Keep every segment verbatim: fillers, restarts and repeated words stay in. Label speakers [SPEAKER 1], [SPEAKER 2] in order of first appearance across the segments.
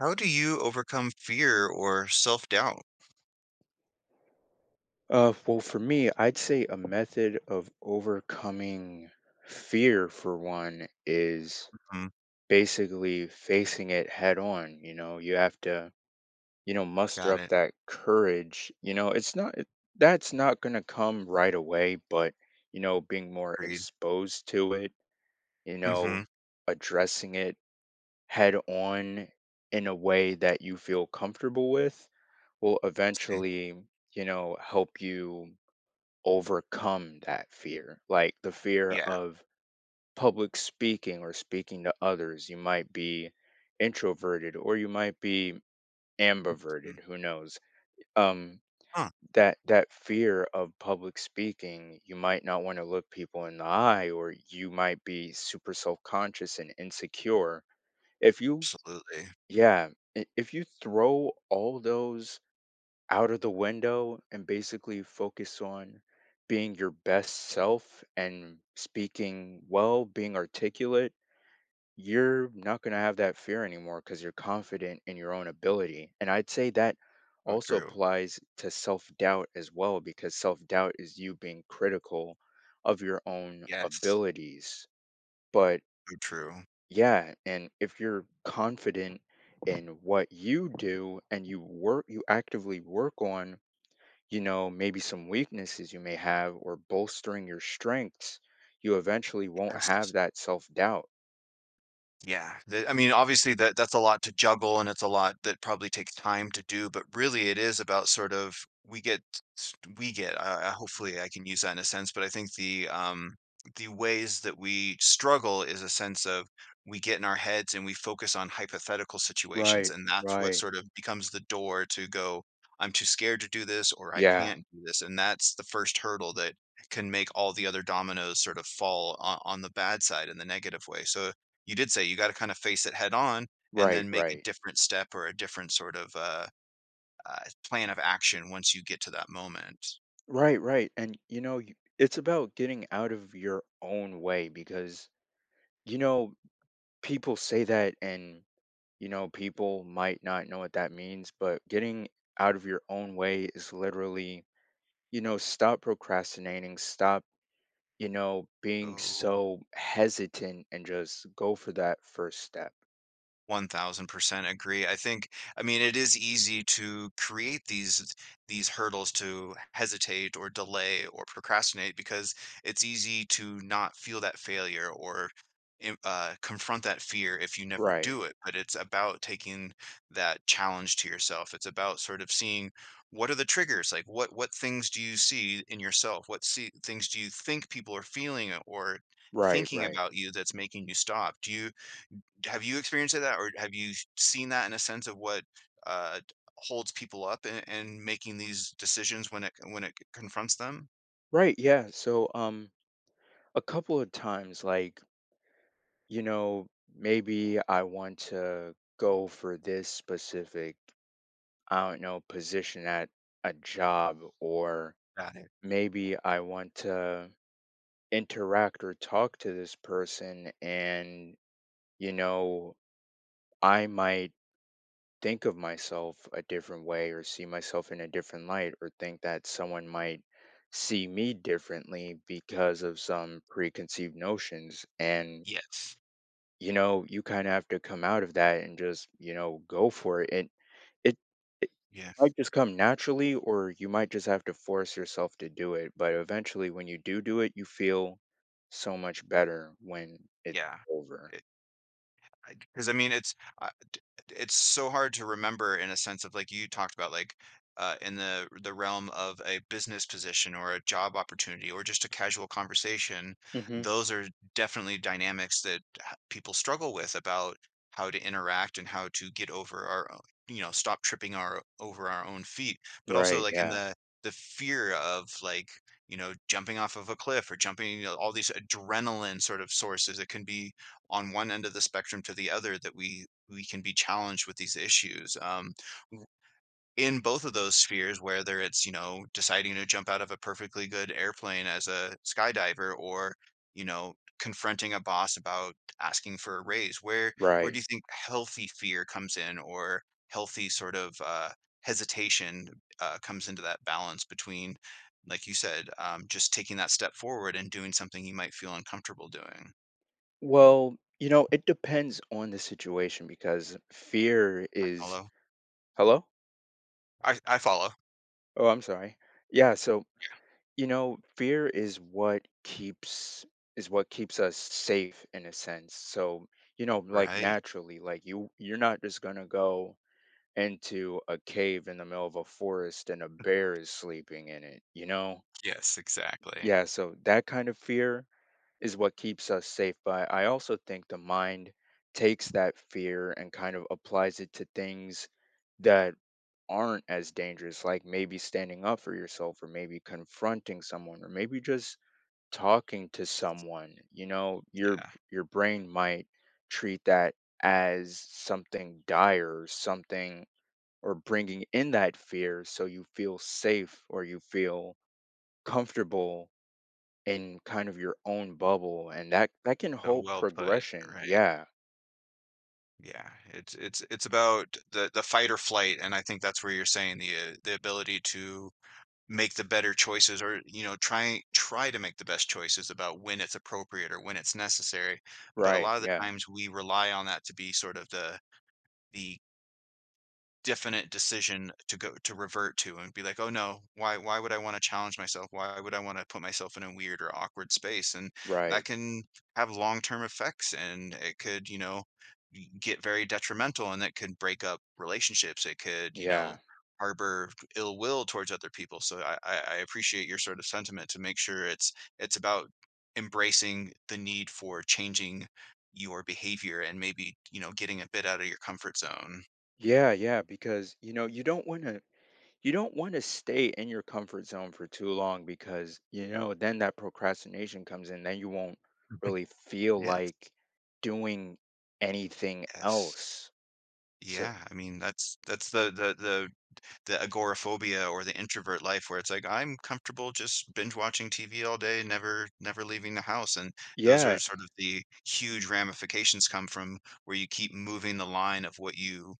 [SPEAKER 1] How do you overcome fear or self-doubt?
[SPEAKER 2] Uh, well, for me, I'd say a method of overcoming fear, for one, is
[SPEAKER 1] Mhm.
[SPEAKER 2] basically facing it head on. You know, you have to, you know, muster
[SPEAKER 1] Got
[SPEAKER 2] up
[SPEAKER 1] it.
[SPEAKER 2] that courage. You know, it's not, it- that's not going to come right away, but, you know, being more
[SPEAKER 1] Agreed.
[SPEAKER 2] exposed to it, you know,
[SPEAKER 1] Mhm.
[SPEAKER 2] addressing it head on in a way that you feel comfortable with will
[SPEAKER 1] See.
[SPEAKER 2] eventually, you know, help you overcome that fear, like the fear
[SPEAKER 1] Yeah.
[SPEAKER 2] of public speaking or speaking to others. You might be introverted or you might be
[SPEAKER 1] Mm.
[SPEAKER 2] ambiverted, who knows? Um,
[SPEAKER 1] Huh.
[SPEAKER 2] that that fear of public speaking, you might not want to look people in the eye, or you might be super self-conscious and insecure. If you,
[SPEAKER 1] Absolutely.
[SPEAKER 2] yeah, i- if you throw all those out of the window and basically focus on being your best self and speaking well, being articulate, you're not going to have that fear anymore because you're confident in your own ability. And I'd say that
[SPEAKER 1] So
[SPEAKER 2] also
[SPEAKER 1] true.
[SPEAKER 2] applies to self doubt as well, because self doubt is you being critical of your own
[SPEAKER 1] Yes.
[SPEAKER 2] abilities. But
[SPEAKER 1] So true.
[SPEAKER 2] yeah, and if you're confident in what you do and you work, you actively work on you know, maybe some weaknesses you may have or bolstering your strengths, you eventually won't have
[SPEAKER 1] Yes.
[SPEAKER 2] that self doubt.
[SPEAKER 1] Yeah, the I mean, obviously, that that's a lot to juggle, and it's a lot that probably takes time to do, but really it is about sort of we get s we get uh, hopefully, I can use that in a sense, but I think the, um, the ways that we struggle is a sense of we get in our heads and we focus on hypothetical situations,
[SPEAKER 2] Right,
[SPEAKER 1] and that's what
[SPEAKER 2] right.
[SPEAKER 1] sort of becomes the door to go, "I'm too scared to do this," or "I
[SPEAKER 2] Yeah,
[SPEAKER 1] can't do this," and that's the first hurdle that can make all the other dominoes sort of fall on on the bad side in the negative way, so you did say you gotta kinda face it head on and
[SPEAKER 2] right,
[SPEAKER 1] then make a
[SPEAKER 2] right,
[SPEAKER 1] different step or a different sort of, uh, uh, plan of action once you get to that moment.
[SPEAKER 2] right, right. And you know, you- it's about getting out of your own way because you know, people say that, and you know, people might not know what that means, but getting out of your own way is literally, you know, stop procrastinating, stop you know, being
[SPEAKER 1] So
[SPEAKER 2] so hesitant and just go for that first step.
[SPEAKER 1] one thousand percent agree. I think, I mean, it is easy to create these these hurdles to hesitate or delay or procrastinate because it's easy to not feel that failure or im- uh, confront that fear if you never
[SPEAKER 2] Right.
[SPEAKER 1] do it. But it's about taking that challenge to yourself. It's about sort of seeing what are the triggers, like what what things do you see in yourself? What see, things do you think people are feeling or
[SPEAKER 2] Right,
[SPEAKER 1] thinking
[SPEAKER 2] right.
[SPEAKER 1] about you that's making you stop? Do you have you experienced that, or have you seen that in a sense of what, uh, holds people up in in making these decisions when it when it confronts them?
[SPEAKER 2] Right, yeah. So um a couple of times like, you know, maybe I want to go for this specific, I don't know, position at a job or
[SPEAKER 1] Got it.
[SPEAKER 2] maybe I want to interact or talk to this person and you know, I might think of myself a different way or see myself in a different light or think that someone might see me differently because of some preconceived notions and
[SPEAKER 1] Yes.
[SPEAKER 2] you know you kind of have to come out of that and just you know go for it and it, it
[SPEAKER 1] Yeah,
[SPEAKER 2] might just come naturally or you might just have to force yourself to do it but eventually when you do do it you feel so much better when it's
[SPEAKER 1] yeah.
[SPEAKER 2] over.
[SPEAKER 1] Because I mean, it's uh, d- it's so hard to remember in a sense of like you talked about, like uh, in the the realm of a business position or a job opportunity or just a casual conversation.
[SPEAKER 2] Hmm,
[SPEAKER 1] Those are definitely dynamics that h- people struggle with about how to interact and how to get over our, own- you know, stop tripping our over our own feet. But also
[SPEAKER 2] right,
[SPEAKER 1] like in
[SPEAKER 2] yeah,
[SPEAKER 1] the the fear of like you know jumping off of a cliff or jumping you know, all these adrenaline sort of sources it can be on one end of the spectrum to the other that we we can be challenged with these issues um, w- in both of those spheres whether it's you know deciding to jump out of a perfectly good airplane as a skydiver or you know confronting a boss about asking for a raise where where do
[SPEAKER 2] right.
[SPEAKER 1] you think healthy fear comes in or healthy sort of uh, hesitation uh, comes into that balance between like you said um, just taking that step forward and doing something you might feel uncomfortable doing
[SPEAKER 2] Well, you know, it depends on the situation because fear is.
[SPEAKER 1] follow
[SPEAKER 2] Hello?
[SPEAKER 1] i, I follow.
[SPEAKER 2] Oh, I'm sorry. Yeah, so, you know, fear is what keeps is what keeps us safe in a sense. So, you know, like
[SPEAKER 1] Right.
[SPEAKER 2] naturally, like you you're not just going to go into a cave in the middle of a forest and a bear is sleeping in it, you know?
[SPEAKER 1] Yes, exactly.
[SPEAKER 2] Yeah, so that kind of fear is what keeps us safe. But I also think the mind takes that fear and kind of applies it to things that aren't as dangerous, like maybe standing up for yourself, or maybe confronting someone, or maybe just talking to someone. You know, your
[SPEAKER 1] Yeah.
[SPEAKER 2] your brain might treat that as something dire, or something, or bringing in that fear, so you feel safe or you feel comfortable in kind of your own bubble and that that can
[SPEAKER 1] So
[SPEAKER 2] hold
[SPEAKER 1] well put.
[SPEAKER 2] progression.
[SPEAKER 1] Right.
[SPEAKER 2] Yeah,
[SPEAKER 1] Yeah. It's it's it's about the the fight or flight, and I think that's where you're saying the uh, the ability to make the better choices, or you know, try try to make the best choices about when it's appropriate or when it's necessary. But a
[SPEAKER 2] right,
[SPEAKER 1] lot of the
[SPEAKER 2] yeah,
[SPEAKER 1] times we rely on that to be sort of the the definite decision to go to revert to and be like, "Oh, no. Why why would I wanna challenge myself? Why would I wanna put myself in a weird or awkward space?" And that
[SPEAKER 2] right.
[SPEAKER 1] can have long-term effects, and it could, you know, y get very detrimental, and that could break up relationships. It could, you know,
[SPEAKER 2] Yeah,
[SPEAKER 1] harbor ill will towards other people. So I I I appreciate your sort of sentiment to make sure it's it's about embracing the need for changing your behavior and maybe, you know, getting a bit out of your comfort zone.
[SPEAKER 2] yeah, yeah, because you know you don't want to you don't want to stay in your comfort zone for too long because you know then that procrastination comes in then you won't really feel
[SPEAKER 1] Yeah.
[SPEAKER 2] like doing anything
[SPEAKER 1] Yes.
[SPEAKER 2] else, so
[SPEAKER 1] Yeah, I mean, that's that's the the the the agoraphobia or the introvert life where it's like, I'm comfortable just binge watching T V all day, never never leaving the house, and those are
[SPEAKER 2] yeah.
[SPEAKER 1] sort of the huge ramifications come from where you keep moving the line of what you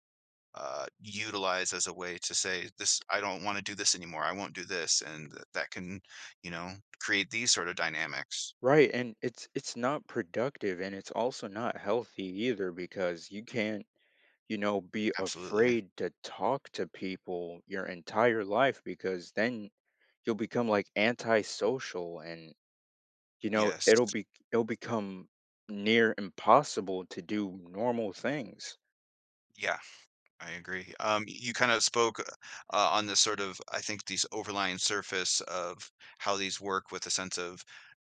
[SPEAKER 1] uh, utilize as a way to say, this, I don't want to do this anymore. I won't do this. And th- that can, you know, create these sort of dynamics.
[SPEAKER 2] Right, and it's it's not productive and it's also not healthy either because you can't you know, be
[SPEAKER 1] Absolutely.
[SPEAKER 2] afraid to talk to people your entire life because then you'll become like antisocial and you know,
[SPEAKER 1] Yes.
[SPEAKER 2] it'll be it'll become near impossible to do normal things.
[SPEAKER 1] Yeah. I agree. Um, you kind of spoke uh, on this sort of, I think, these overlying surface of how these work with a sense of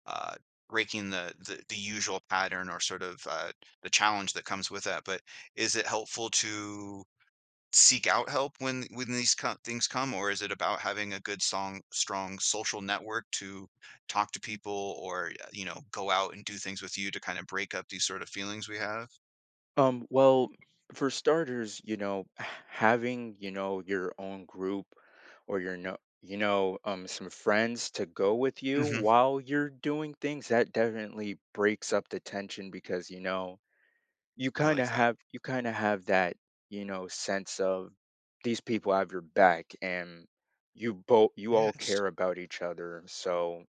[SPEAKER 1] uh, breaking the, the the usual pattern or sort of uh, the challenge that comes with that. But is it helpful to seek out help when when these co- things come, or is it about having a good song, strong social network to talk to people, or uh, you know, go out and do things with you to kind of break up these sort of feelings we have?
[SPEAKER 2] Um well, for starters, you know, h- having, you know, your own group or your no you know, um some friends to go with you
[SPEAKER 1] Hmm.
[SPEAKER 2] while you're doing things that definitely breaks up the tension because you know you
[SPEAKER 1] I
[SPEAKER 2] kind
[SPEAKER 1] like
[SPEAKER 2] of
[SPEAKER 1] that.
[SPEAKER 2] have you kind of have that you know sense of these people have your back and you both you all
[SPEAKER 1] Yes.
[SPEAKER 2] care about each other so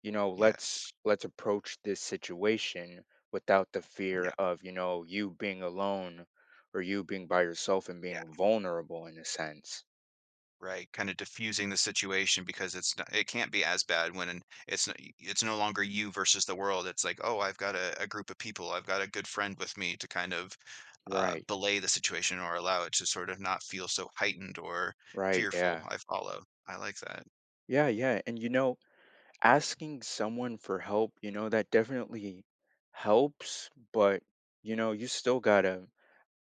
[SPEAKER 2] you know let's
[SPEAKER 1] Yes.
[SPEAKER 2] let's approach this situation without the
[SPEAKER 1] Yeah.
[SPEAKER 2] fear of you know you being alone or you being by yourself and
[SPEAKER 1] Yeah,
[SPEAKER 2] being vulnerable in a sense.
[SPEAKER 1] right, kinda diffusing the situation because it's not it can't be as bad when an it's n it's no longer you versus the world, it's like, "Oh, I've got a a group of people, I've got a good friend with me to kind of, uh,
[SPEAKER 2] Right,
[SPEAKER 1] belay the situation or allow it to sort of not feel so heightened or
[SPEAKER 2] right,
[SPEAKER 1] fearful."
[SPEAKER 2] yeah,
[SPEAKER 1] I follow. I like that.
[SPEAKER 2] yeah, yeah. And you know, asking someone for help you know that definitely helps but you know you still gotta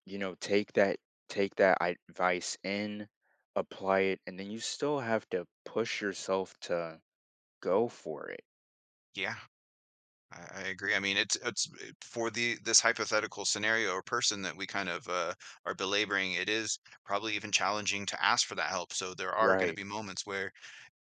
[SPEAKER 2] you know, take that take that i- advice in, apply it, and then you still have to push yourself to go for it.
[SPEAKER 1] Yeah, I I agree, I mean, it's it's it for the this hypothetical scenario or person that we kind of, uh, are belaboring, it is probably even challenging to ask for that help, so there are gonna
[SPEAKER 2] Right.
[SPEAKER 1] be moments where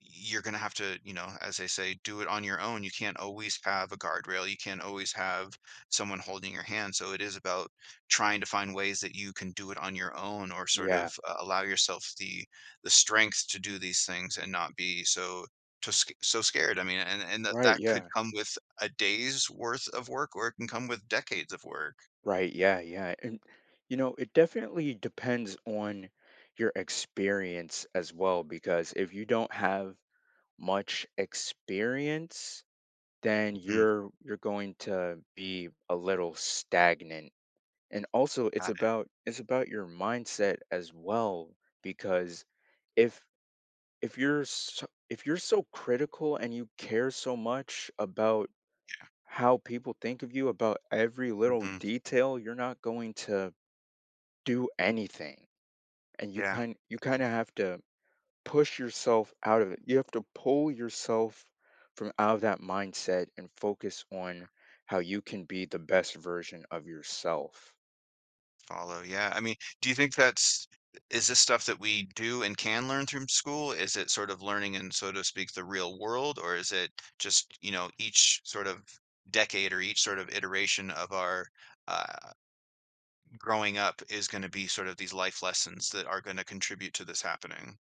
[SPEAKER 1] you're going to have to, you know, as they say, do it on your own. You can't always have a guardrail. You can't always have someone holding your hand. So it is about trying to find ways that you can do it on your own or sort of
[SPEAKER 2] Yeah.
[SPEAKER 1] uh, allow yourself the the strength to do these things and not be so to, sc- so scared. I mean, and and that
[SPEAKER 2] Right.
[SPEAKER 1] that could
[SPEAKER 2] Yeah.
[SPEAKER 1] come with a day's worth of work or it can come with decades of work.
[SPEAKER 2] Right. Yeah. Yeah. And, you know, it definitely depends on your experience as well, because if you don't have much experience, then
[SPEAKER 1] Mhm.
[SPEAKER 2] you're you're going to be a little stagnant. And also it's
[SPEAKER 1] Got it.
[SPEAKER 2] about it's about your mindset as well because if if you're so, if you're so critical and you care so much about how people think of you about every little
[SPEAKER 1] Hmm.
[SPEAKER 2] detail you're not going to do anything and you
[SPEAKER 1] Yeah.
[SPEAKER 2] kind you kind of have to push yourself out of it, you have to pull yourself from out of that mindset and focus on how you can be the best version of yourself.
[SPEAKER 1] Follow, yeah, I mean, do you think that's is this stuff that we do and can learn through school? Is it sort of learning in, so to speak, the real world, or is it just, you know, each sort of decade or each sort of iteration of our, uh, growing up is gonna be sort of these life lessons that are gonna contribute to this happening?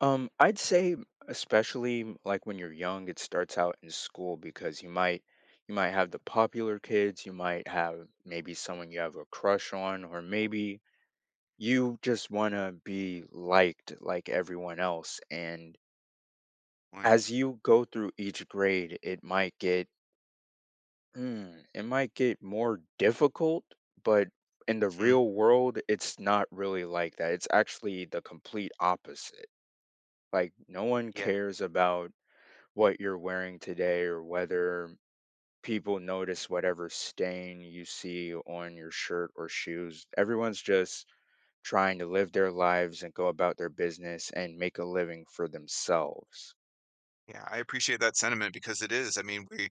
[SPEAKER 2] Um, I'd say especially m- like when you're young, it starts out in school because you might you might have the popular kids, you might have maybe someone you have a crush on, or maybe you
[SPEAKER 1] Yeah,
[SPEAKER 2] just want to be liked like everyone else. And
[SPEAKER 1] point.
[SPEAKER 2] as you go through each grade, it might get mm, it might get more difficult, but in the
[SPEAKER 1] Mhm.
[SPEAKER 2] real world, it's not really like that. It's actually the complete opposite, like no one
[SPEAKER 1] Yeah,
[SPEAKER 2] cares about what you're wearing today or whether people notice whatever stain you see on your shirt or shoes. Everyone's just trying to live their lives and go about their business and make a living for themselves.
[SPEAKER 1] yeah, I appreciate that sentiment because it is, I mean, we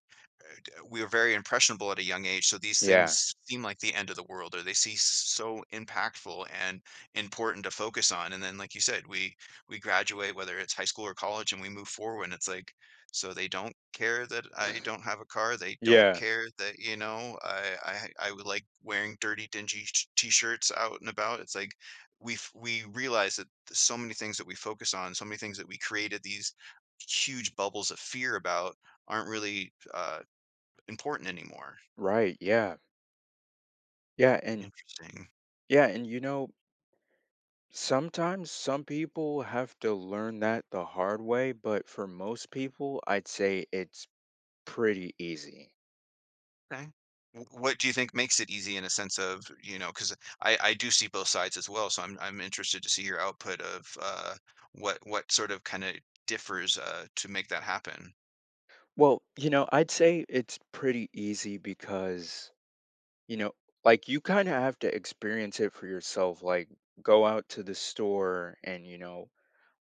[SPEAKER 1] we were very impressionable at a young age, so these
[SPEAKER 2] Yeah.
[SPEAKER 1] things seem like the end of the world, or they seem so impactful and important to focus on. And then, like you said, we we graduate, whether it's high school or college, and we move forward. And it's like, so they don't care that I don't have a car. They don't
[SPEAKER 2] Yeah.
[SPEAKER 1] care that you know I I I would like wearing dirty, dingy sh- t-shirts out and about. It's like we f- we realize that so many things that we focus on, so many things that we created these huge bubbles of fear about aren't really uh, important anymore.
[SPEAKER 2] Right. Yeah. Yeah. And
[SPEAKER 1] Interesting.
[SPEAKER 2] yeah. And you know, sometimes some people have to learn that the hard way, but for most people, I'd say it's pretty easy.
[SPEAKER 1] Okay. Wh what do you think makes it easy in a sense of, you know? Because I I do see both sides as well, so I'm I'm interested to see your output of, uh, what what sort of kinda differs, uh, to make that happen.
[SPEAKER 2] Well, you know, I'd say it's pretty easy because you know, like you kind of have to experience it for yourself. Like go out to the store and, you know,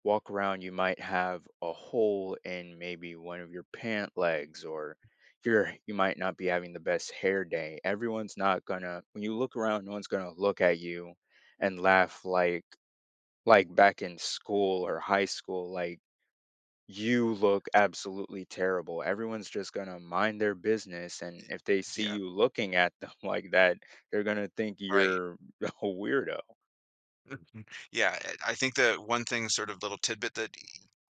[SPEAKER 2] walk around. You might have a hole in maybe one of your pant legs or you're you might not be having the best hair day. Everyone's not gonna when you look around, no one's gonna look at you and laugh like like back in school or high school. Like you look absolutely terrible. Everyone's just going to mind their business. And
[SPEAKER 1] Eh.
[SPEAKER 2] if they see
[SPEAKER 1] Yeah,
[SPEAKER 2] you looking at them like that, they're going to think
[SPEAKER 1] right.
[SPEAKER 2] you're a weirdo.
[SPEAKER 1] Mhm. Yeah, eh, I think the one thing sort of little tidbit that e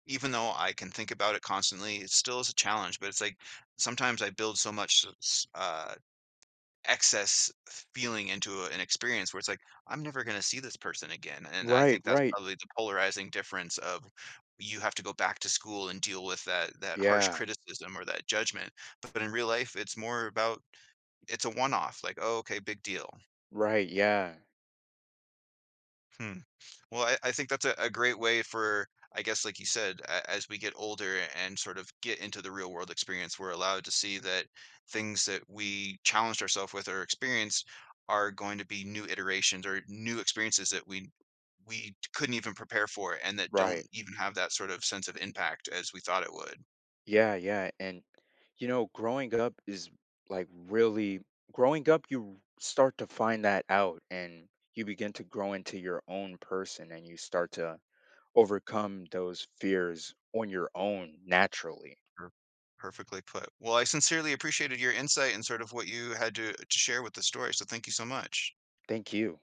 [SPEAKER 1] even though I can think about it constantly, it still is a challenge, but it's like sometimes I build so much s s uh excess feeling into a- an experience where it's like, "I'm never gonna see this person again," and I
[SPEAKER 2] Right,
[SPEAKER 1] think that's
[SPEAKER 2] right.
[SPEAKER 1] probably the polarizing difference of you have to go back to school and deal with that that harsh
[SPEAKER 2] Yeah,
[SPEAKER 1] criticism or that judgment, but in real life, it's more about it's a one-off, like, "Oh, okay, big deal."
[SPEAKER 2] right. Yeah,
[SPEAKER 1] Hmm. Well, I, I think that's a, a great way for, I guess, like you said, a, as we get older and sort of get into the real world experience, we're allowed to see that things that we challenged ourselves with or experienced are going to be new iterations or new experiences that we we couldn't even prepare for and that don't
[SPEAKER 2] right.
[SPEAKER 1] even have that sort of sense of impact as we thought it would.
[SPEAKER 2] Yeah, yeah. And, you know, growing up is like really growing up, you start to find that out and you begin to grow into your own person and you start to overcome those fears on your own naturally.
[SPEAKER 1] Sure. Perfectly put. Well, I sincerely appreciated your insight and sort of what you had to, to share with the story. So thank you so much.
[SPEAKER 2] Thank you.